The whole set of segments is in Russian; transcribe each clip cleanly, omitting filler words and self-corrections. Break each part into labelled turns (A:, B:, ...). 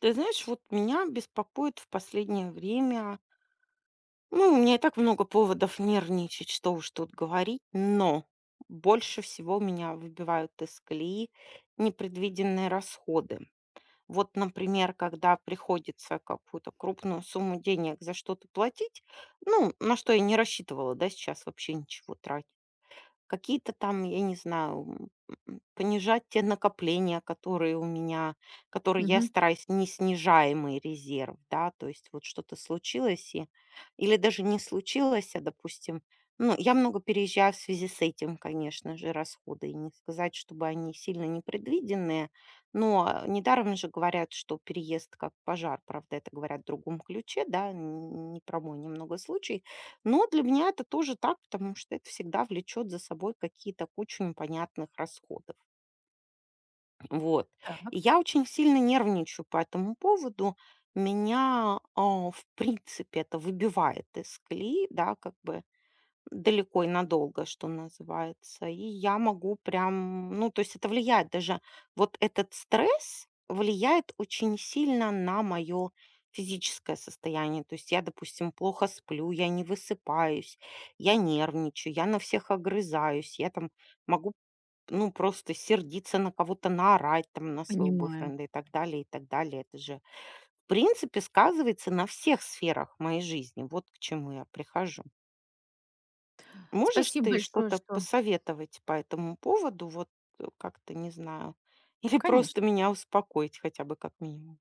A: Ты знаешь, вот меня беспокоит в последнее время. Ну, у меня и так много поводов нервничать, что уж тут говорить, но больше всего меня выбивают из колеи непредвиденные расходы. Вот, например, когда приходится какую-то крупную сумму денег за что-то платить, ну, на что я не рассчитывала, да, сейчас вообще ничего тратить какие-то там, я не знаю, понижать те накопления, которые у меня, которые я
B: Мгм.
A: стараюсь не снижаемый резерв, да, то есть вот что-то случилось, и, или даже не случилось, допустим, ну, я много переезжаю в связи с этим, конечно же, расходы, и не сказать, чтобы они сильно непредвиденные, но недаром же говорят, что переезд как пожар, правда, это говорят в другом ключе, да, не про мой немного случай, но для меня это тоже так, потому что это всегда влечет за собой какие-то кучу непонятных расходов. Вот. И
B: Так.
A: я очень сильно нервничаю по этому поводу. Меня, в принципе, это выбивает из колеи, да, как бы далеко и надолго, что называется. И я могу прям, ну, то есть это влияет даже, вот этот стресс влияет очень сильно на мое физическое состояние. То есть я, допустим, плохо сплю, я не высыпаюсь, я нервничаю, я на всех огрызаюсь, я там могу, ну, просто сердиться на кого-то, наорать там на своего
B: Понимаю.
A: бойфренда и так далее, и так далее. Это же, в принципе, сказывается на всех сферах моей жизни. Вот к чему я прихожу. Можешь
B: Спасибо
A: ты
B: большое,
A: что-то
B: что
A: посоветовать по этому поводу? Вот как-то, не знаю. Или просто
B: Конечно,
A: меня успокоить хотя бы как минимум.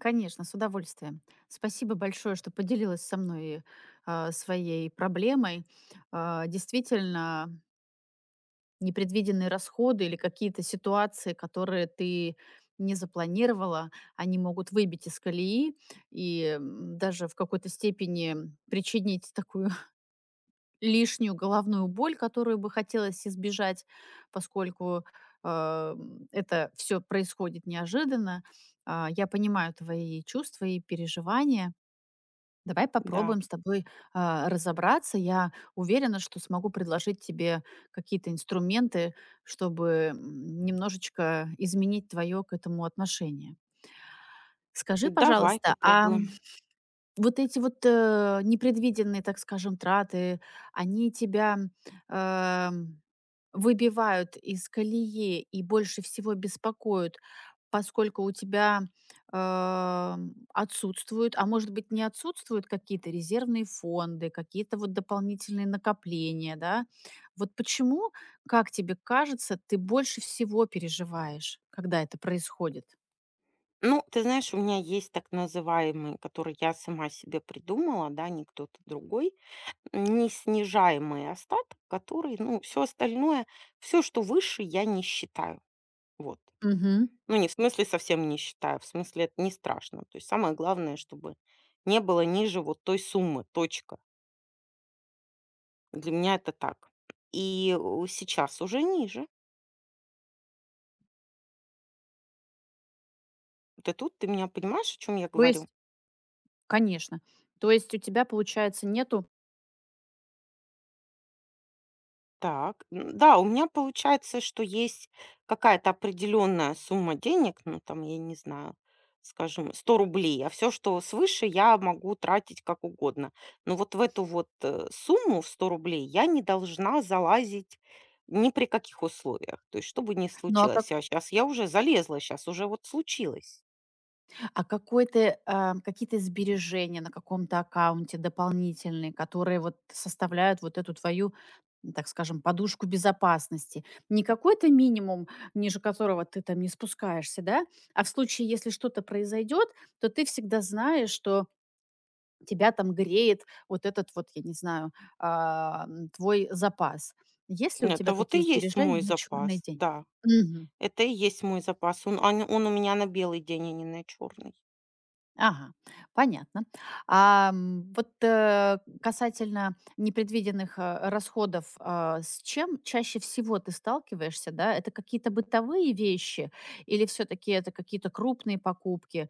B: конечно, с удовольствием. Спасибо большое, что поделилась со мной, своей проблемой. Действительно, непредвиденные расходы или какие-то ситуации, которые ты не запланировала, они могут выбить из колеи и даже в какой-то степени причинить такую лишнюю головную боль, которую бы хотелось избежать, поскольку это все происходит неожиданно. Я понимаю твои чувства и переживания. Давай
A: Да.
B: попробуем с тобой разобраться. Я уверена, что смогу предложить тебе какие-то инструменты, чтобы немножечко изменить твое к этому отношение. Скажи,
A: Давай
B: пожалуйста, а
A: попробуем.
B: вот эти вот, непредвиденные, так скажем, траты, они тебя, эм, выбивают из колеи и больше всего беспокоят, поскольку у тебя, отсутствуют, а может быть, не отсутствуют какие-то резервные фонды, какие-то вот дополнительные накопления, да? Вот почему, как тебе кажется, ты больше всего переживаешь, когда это происходит?
A: Ну, ты знаешь, у меня есть так называемые, которые я сама себе придумала, да, не кто-то другой, неснижаемый остаток, который, ну, все остальное, все, что выше, я не считаю. Вот.
B: Мгм.
A: Ну, не в смысле совсем не считаю, в смысле это не страшно. То есть самое главное, чтобы не было ниже вот той суммы, точка. Для меня это так. И у сейчас уже ниже. Ты тут, ты меня понимаешь, о чем я
B: То есть
A: говорю?
B: Конечно. То есть у тебя, получается, нету.
A: Так, да, у меня получается, что есть какая-то определенная сумма денег, ну там, я не знаю, скажем, 100 рублей, а все, что свыше, я могу тратить как угодно. Но вот в эту вот сумму в 100 рублей я не должна залазить ни при каких условиях. То есть, что бы ни
B: ну, а как
A: случилось. А сейчас я уже залезла, сейчас уже вот случилось.
B: Какие-то сбережения на каком-то аккаунте дополнительные, которые вот составляют вот эту твою, так скажем, подушку безопасности. Не какой-то минимум, ниже которого ты там не спускаешься, да, а в случае, если что-то произойдет, то ты всегда знаешь, что тебя там греет вот этот вот, я не знаю, твой запас. Есть ли у тебя
A: Это вот и
B: такие
A: есть
B: сбережения
A: мой
B: на черный
A: запас,
B: день?
A: да.
B: Мгм.
A: Это и есть мой запас. Он у меня на белый день, а не на черный.
B: Ага, понятно. Вот касательно непредвиденных расходов, с чем чаще всего ты сталкиваешься, да? Это какие-то бытовые вещи или все-таки это какие-то крупные покупки,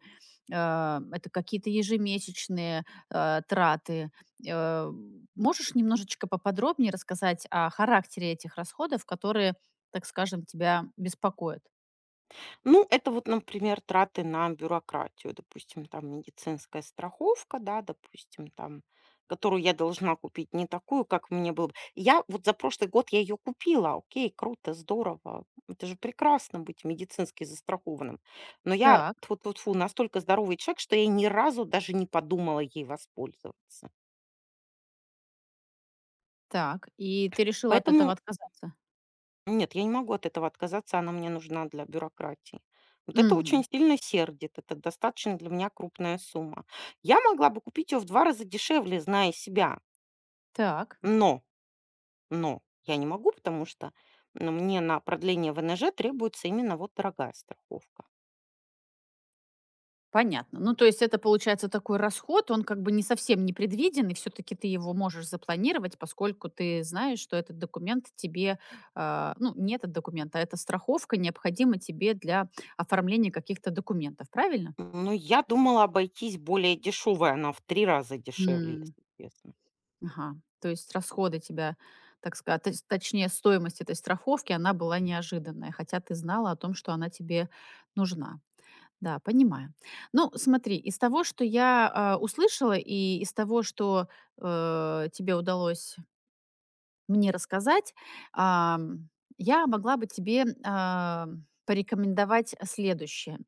B: это какие-то ежемесячные траты? Э, можешь немножечко поподробнее рассказать о характере этих расходов, которые, так скажем, тебя беспокоят?
A: Ну, это вот, например, траты на бюрократию. Допустим, там медицинская страховка, да, допустим, там, которую я должна купить, не такую, как мне было бы. Я вот за прошлый год я ее купила. Окей, круто, здорово. Это же прекрасно быть медицински застрахованным. Но я
B: Так,
A: тьфу тьфу тьфу настолько здоровый человек, что я ни разу даже не подумала ей воспользоваться.
B: так. И ты решила от этого
A: Поэтому
B: отказаться?
A: нет, я не могу от этого отказаться, она мне нужна для бюрократии. Вот это
B: Мгм.
A: очень сильно сердит, это достаточно для меня крупная сумма. Я могла бы купить ее в 2 раза дешевле, зная себя,
B: Так,
A: но, но я не могу, потому что, ну, мне на продление ВНЖ требуется именно вот дорогая страховка.
B: понятно. Ну, то есть это получается такой расход, он как бы не совсем непредвиденный, все-таки ты его можешь запланировать, поскольку ты знаешь, что этот документ тебе, не этот документ, а эта страховка необходима тебе для оформления каких-то документов, правильно?
A: Ну, я думала обойтись более дешевой, она в 3 раза дешевле,
B: М,
A: если честно.
B: Ага. То есть расходы тебя, так сказать, точнее, стоимость этой страховки, она была неожиданная, хотя ты знала о том, что она тебе нужна. Да, понимаю. Ну, смотри, из того, что я, услышала, и из того, что, тебе удалось мне рассказать, ам, я могла бы тебе, порекомендовать следующее.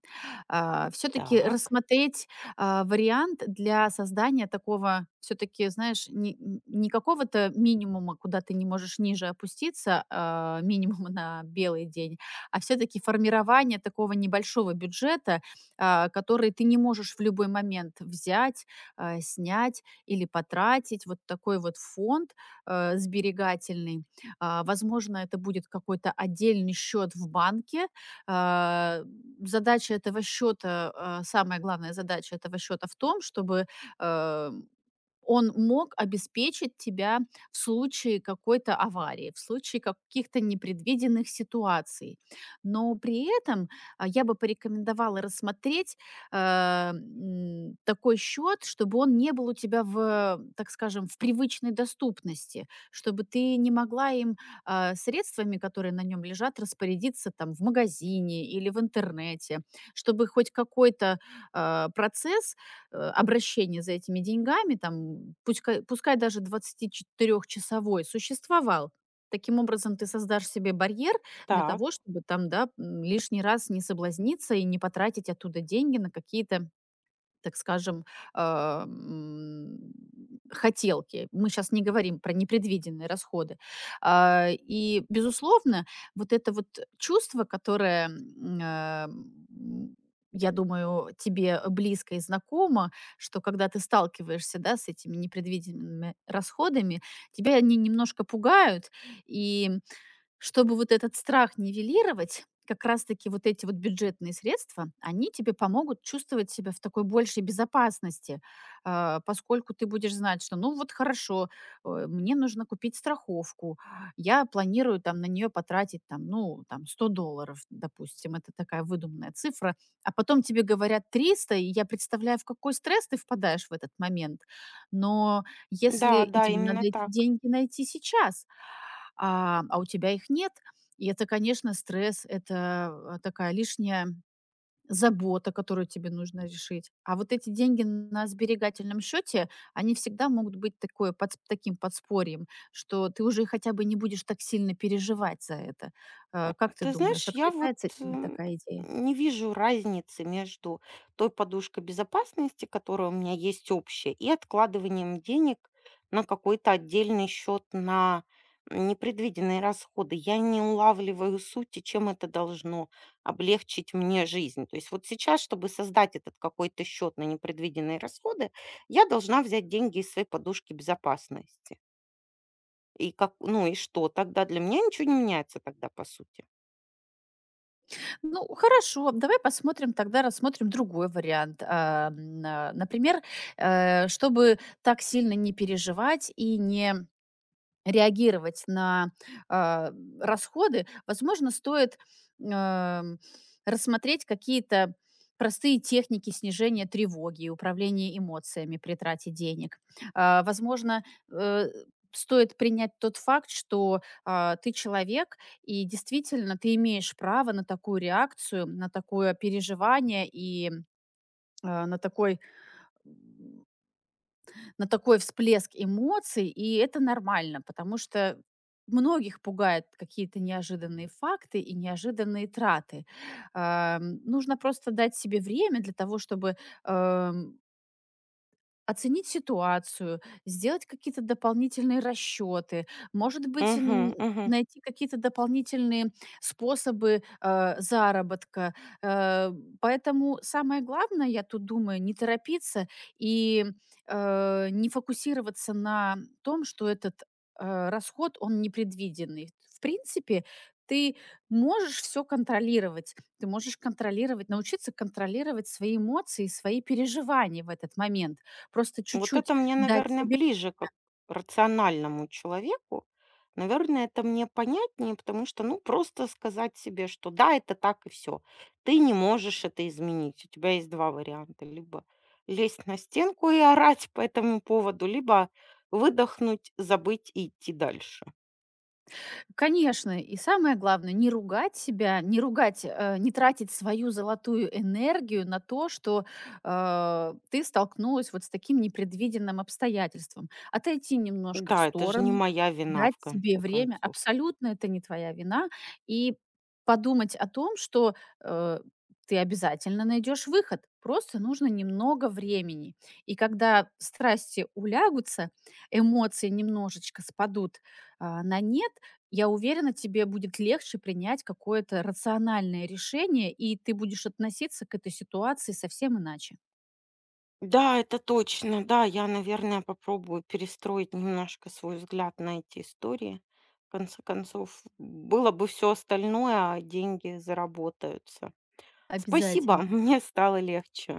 B: Все-таки
A: Так,
B: рассмотреть, вариант для создания такого, все-таки, знаешь, не какого-то минимума, куда ты не можешь ниже опуститься, минимума на белый день, а все-таки формирование такого небольшого бюджета, который ты не можешь в любой момент взять, снять или потратить. Вот такой вот фонд, сберегательный. Возможно, это будет какой-то отдельный счет в банке. А, задача этого счета, самая главная задача этого счета в том, чтобы, э, он мог обеспечить тебя в случае какой-то аварии, в случае каких-то непредвиденных ситуаций. Но при этом, я бы порекомендовала рассмотреть, э, такой счет, чтобы он не был у тебя в, так скажем, в привычной доступности, чтобы ты не могла им, средствами, которые на нем лежат, распорядиться там в магазине или в интернете, чтобы хоть какой-то, процесс обращение за этими деньгами, там, пускай даже 24-часовой существовал. Таким образом, ты создашь себе барьер для того,
A: так,
B: чтобы там, да, лишний раз не соблазниться и не потратить оттуда деньги на какие-то, так скажем, а, м, хотелки. Мы сейчас не говорим про непредвиденные расходы. И, безусловно, вот это вот чувство, которое, я думаю, тебе близко и знакомо, что когда ты сталкиваешься, да, с этими непредвиденными расходами, тебя они немножко пугают, и чтобы вот этот страх нивелировать, как раз-таки вот эти вот бюджетные средства, они тебе помогут чувствовать себя в такой большей безопасности, поскольку ты будешь знать, что, ну вот хорошо, мне нужно купить страховку, я планирую там на нее потратить там, ну, там 100 долларов, допустим, это такая выдуманная цифра, а потом тебе говорят 300, и я представляю, в какой стресс ты впадаешь в этот момент, но если
A: да,
B: и
A: да,
B: тебе
A: именно
B: надо эти
A: так.
B: деньги найти сейчас, а у тебя их нет. И это, конечно, стресс, это такая лишняя забота, которую тебе нужно решить. А вот эти деньги на сберегательном счете, они всегда могут быть такое, таким подспорьем, что ты уже хотя бы не будешь так сильно переживать за это. Как ты
A: Ты
B: думаешь,
A: знаешь, я вот
B: откликается тебе
A: э,
B: такая идея?
A: не вижу разницы между той подушкой безопасности, которая у меня есть общая, и откладыванием денег на какой-то отдельный счет на непредвиденные расходы. Я не улавливаю сути, чем это должно облегчить мне жизнь. То есть вот сейчас, чтобы создать этот какой-то счет на непредвиденные расходы, я должна взять деньги из своей подушки безопасности. И как, ну и что? Тогда для меня ничего не меняется тогда, по сути.
B: Ну, хорошо, давай посмотрим, тогда рассмотрим другой вариант. Например, чтобы так сильно не переживать и не реагировать на, а, расходы, возможно, стоит, эм, рассмотреть какие-то простые техники снижения тревоги и управления эмоциями при трате денег. Возможно, э, стоит принять тот факт, что, ты человек, и действительно ты имеешь право на такую реакцию, на такое переживание и, а, на такой, на такой всплеск эмоций, и это нормально, потому что многих пугают какие-то неожиданные факты и неожиданные траты. Нужно просто дать себе время для того, чтобы, эм, оценить ситуацию, сделать какие-то дополнительные расчеты, может быть,
A: Мгм,
B: н
A: мгм.
B: найти какие-то дополнительные способы, заработка. Э, поэтому самое главное, я тут думаю, не торопиться и, не фокусироваться на том, что этот, расход, он непредвиденный. В принципе, ты можешь все контролировать. Ты можешь контролировать, научиться контролировать свои эмоции и свои переживания в этот момент. Просто
A: Вот
B: чуть-чуть
A: это мне,
B: дать
A: наверное,
B: себе.
A: ближе как рациональному человеку. Наверное, это мне понятнее, потому что, ну, просто сказать себе, что да, это так и все. Ты не можешь это изменить. У тебя есть два варианта. Либо лезть на стенку и орать по этому поводу, либо выдохнуть, забыть и идти дальше.
B: Конечно, и самое главное, не ругать себя, не ругать, не тратить свою золотую энергию на то, что ты столкнулась вот с таким непредвиденным обстоятельством. Отойти немножко в
A: Да, это же не
B: сторону,
A: моя вина,
B: дать
A: в
B: себе
A: конце
B: время.
A: концов.
B: Абсолютно это не твоя вина. И подумать о том, что э, ты обязательно найдешь выход. Просто нужно немного времени. И когда страсти улягутся, эмоции немножечко спадут на нет, я уверена, тебе будет легче принять какое-то рациональное решение, и ты будешь относиться к этой ситуации совсем иначе.
A: Да, это точно. Да, я, наверное, попробую перестроить немножко свой взгляд на эти истории. В конце концов, было бы все остальное, а деньги заработаются. Спасибо,
B: Обязательно.
A: мне стало легче.